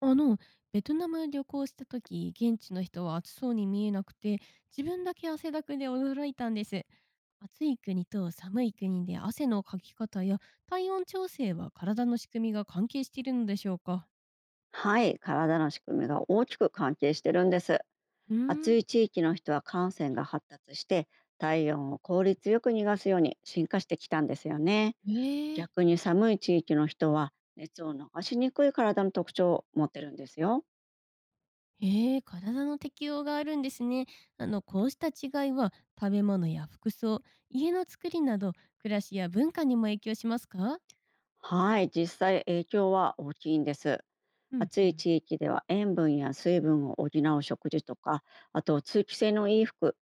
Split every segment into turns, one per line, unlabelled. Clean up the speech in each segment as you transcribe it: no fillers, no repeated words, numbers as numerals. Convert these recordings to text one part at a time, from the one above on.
あの、ベトナム旅行した時、現地の人は暑そうに見えなくて、自分だけ汗だくで驚いたんです。暑い国と寒い国で汗のかき方や体温調整は体の仕組みが関係しているのでしょうか？
はい、体の仕組みが大きく関係してるんです。
うー
暑
ん。
い地域の人は汗腺が発達して体温を効率よく逃がすように進化してきたんですよね。
ええ、
逆に寒い地域の人は熱を逃しにくい体の特徴を持ってるんですよ。
ええ、体の適応があるんですね。こうした違いは食べ物や服装、家の作りなど暮らしや文化にも影響しますか？
はい、実際影響は大きいんです。
うん
暑
う
い
ん。
地域では塩分や水分を補う食事とか、あと通気性のいい服、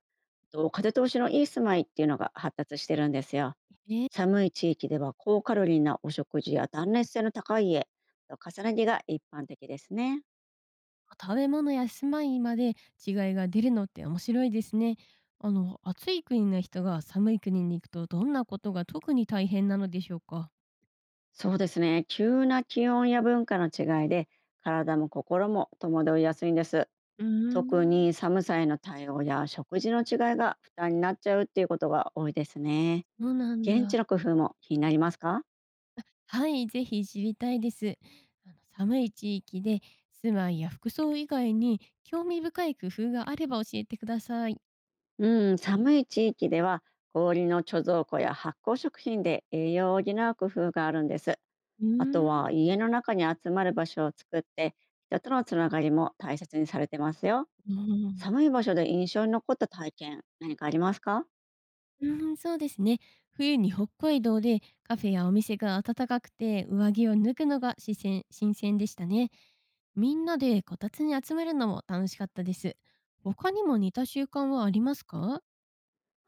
あと風通しのいい住まいっていうのが発達してるんですよ。
え。
寒い地域では高カロリーなお食事や断熱性の高い家、重ね着が一般的ですね。
食べ物や住まいまで違いが出るのって面白いですね。暑い国の人が寒い国に行くとどんなことが特に大変なのでしょうか？
そうですね。急な気温や文化の違いで体も心も戸惑いやすいんです。
うー
特
ん。
に寒さへの対応や食事の違いが負担になっちゃうっていうことが多いですね。
そうなん
現地
だ。
の工夫も気になりますか？
はい、ぜひ知りたいです。寒い地域で住まいや服装以外に興味深い工夫があれば教えてください。
うん、寒い地域では氷の貯蔵庫や発酵食品で栄養を補う工夫があるんです。
う
あ
ー
と
ん。
は家の中に集まる場所を作って人とのつながりも大切にされてますよ。
うん。
寒い場所で印象に残った体験何かありますか？
そうですね。冬に北海道でカフェやお店が暖かくて上着を脱ぐのが新鮮新鮮でしたね。みんなでこたつに集まるのも楽しかったです。他にも似た習慣はありますか？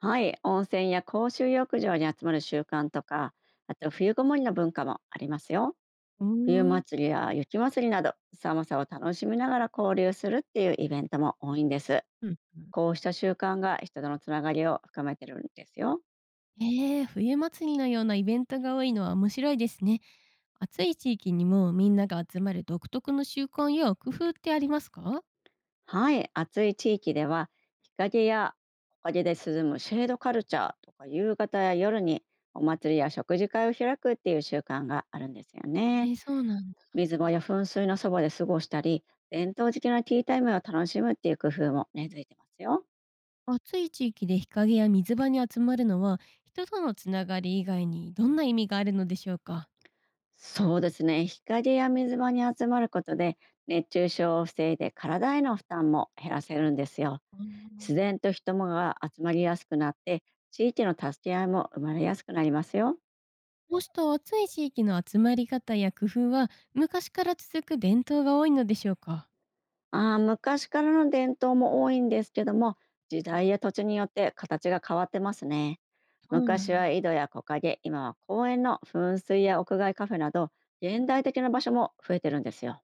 はい、温泉や公衆浴場に集まる習慣とか、あと冬ごもりの文化もありますよ。
うー
冬
ん。
祭りや雪祭りなど寒さを楽しみながら交流するっていうイベントも多いんです。
うん、うん。
こうした習慣が人とのつながりを深めてるんですよ。
冬祭りのようなイベントが多いのは面白いですね。暑い地域にもみんなが集まる独特の習慣や工夫ってありますか？
はい、暑い地域では日陰や木陰で涼むシェードカルチャーとか、夕方や夜にお祭りや食事会を開くっていう習慣があるんですよね。
そうなんだ。
水場や噴水のそばで過ごしたり伝統的なティータイムを楽しむっていう工夫も根付いてますよ。
暑い地域で日陰や水場に集まるのは人とのつながり以外にどんな意味があるのでしょうか？
そうですね、日陰や水場に集まることで熱中症を防いで体への負担も減らせるんですよ。
あー。
自然と人もが集まりやすくなって地域の助け合いも生まれやすくなりますよ。
こうした暑い地域の集まり方や工夫は昔から続く伝統が多いのでしょうか？
ああ、昔からの伝統も多いんですけども、時代や土地によって形が変わってますね。
そうな
昔
ん
は
だ。
井戸や木陰、今は公園の噴水や屋外カフェなど、現代的な場所も増えてるんですよ。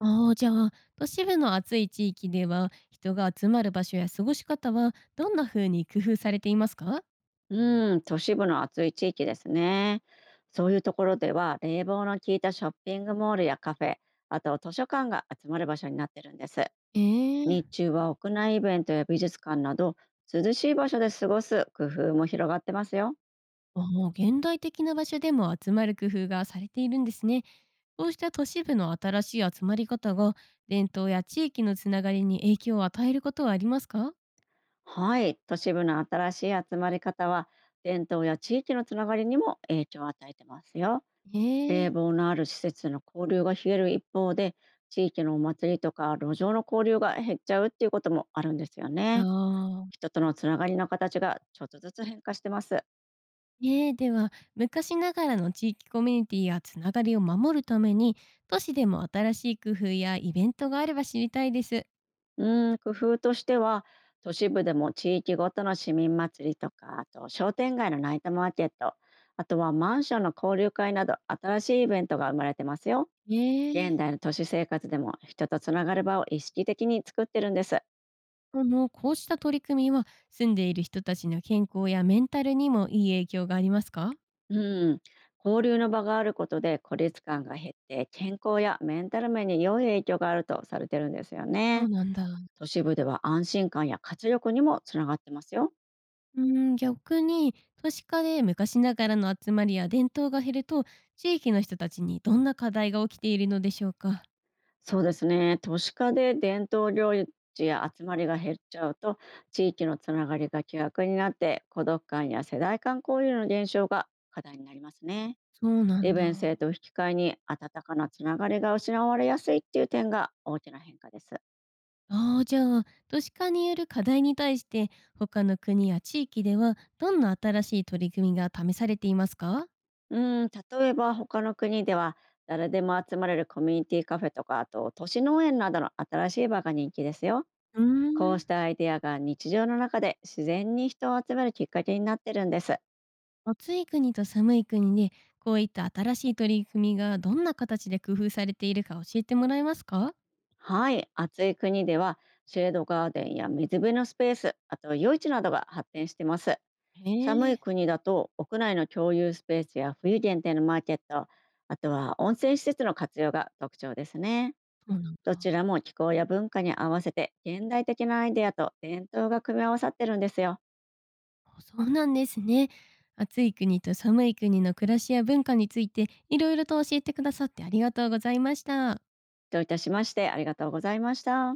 ああ、じゃあ都市部の暑い地域では人が集まる場所や過ごし方はどんな風に工夫されていますか？
うん、都市部の暑い地域ですね。そういうところでは、冷房の効いたショッピングモールやカフェ、あと図書館が集まる場所になってるんです。
え。え
日
ー。
中は屋内イベントや美術館など、涼しい場所で過ごす工夫も広がってますよ。
ああ、現代的な場所でも集まる工夫がされているんですね。そうした都市部の新しい集まり方が、伝統や地域のつながりに影響を与えることはありますか？
はい、都市部の新しい集まり方は伝統や地域のつながりにも影響を与えてますよ。
へえ、
冷房のある施設の交流が増える一方で、地域のお祭りとか路上の交流が減っちゃうっていうこともあるんですよ
あ
ね。
あ。
人とのつながりの形がちょっとずつ変化してます。
ええ、では、昔ながらの地域コミュニティやつながりを守るために、都市でも新しい工夫やイベントがあれば知りたいです。
う工夫としては、都市部でも地域ごとの市民祭りとか、あと商店街のナイトマーケット、あとはマンションの交流会など新しいイベントが生まれてますよ。
え
現
え、
代の都市生活でも人とつながる場を意識的に作ってるんです。
こうした取り組みは、住んでいる人たちの健康やメンタルにもいい影響がありますか？
うん、交流の場があることで孤立感が減って健康やメンタル面に良い影響があるとされてるんですよ
そう
ね。
なんだ。
都市部では安心感や活力にもつながってますよ。
うー逆に都市化で昔ながらの集まりや伝統が減ると地域の人たちにどんな課題が起きているのでしょうか？
そうですね。都市化で伝統行事や集まりが減っちゃうと、地域のつながりが希薄になって孤独感や世代間交流の減少が課題になりますね。
そうなん
利便
だ。
性と引き換えに温かなつながりが失われやすいっていう点が大きな変化です。
ああ、じゃあ都市化による課題に対して他の国や地域ではどんな新しい取り組みが試されていますか？
うん、例えば他の国では誰でも集まれるコミュニティカフェとか、あと都市農園などの新しい場が人気ですよ。
うー
こうし
ん。
たアイデアが日常の中で自然に人を集めるきっかけになってるんです。
暑い国と寒い国でこういった新しい取り組みがどんな形で工夫されているか教えてもらえますか？
はい、暑い国ではシェードガーデンや水辺のスペース、あと夜市などが発展してます。
へ
寒い
え、
国だと屋内の共有スペースや冬限定のマーケット、あとは温泉施設の活用が特徴ですね。
そうなん
ど
だ。
ちらも気候や文化に合わせて現代的なアイデアと伝統が組み合わさってるんですよ。
あ、そうなんですね。暑い国と寒い国の暮らしや文化についていろいろと教えてくださってありがとうございました。
どういたしまして、ありがとうございました。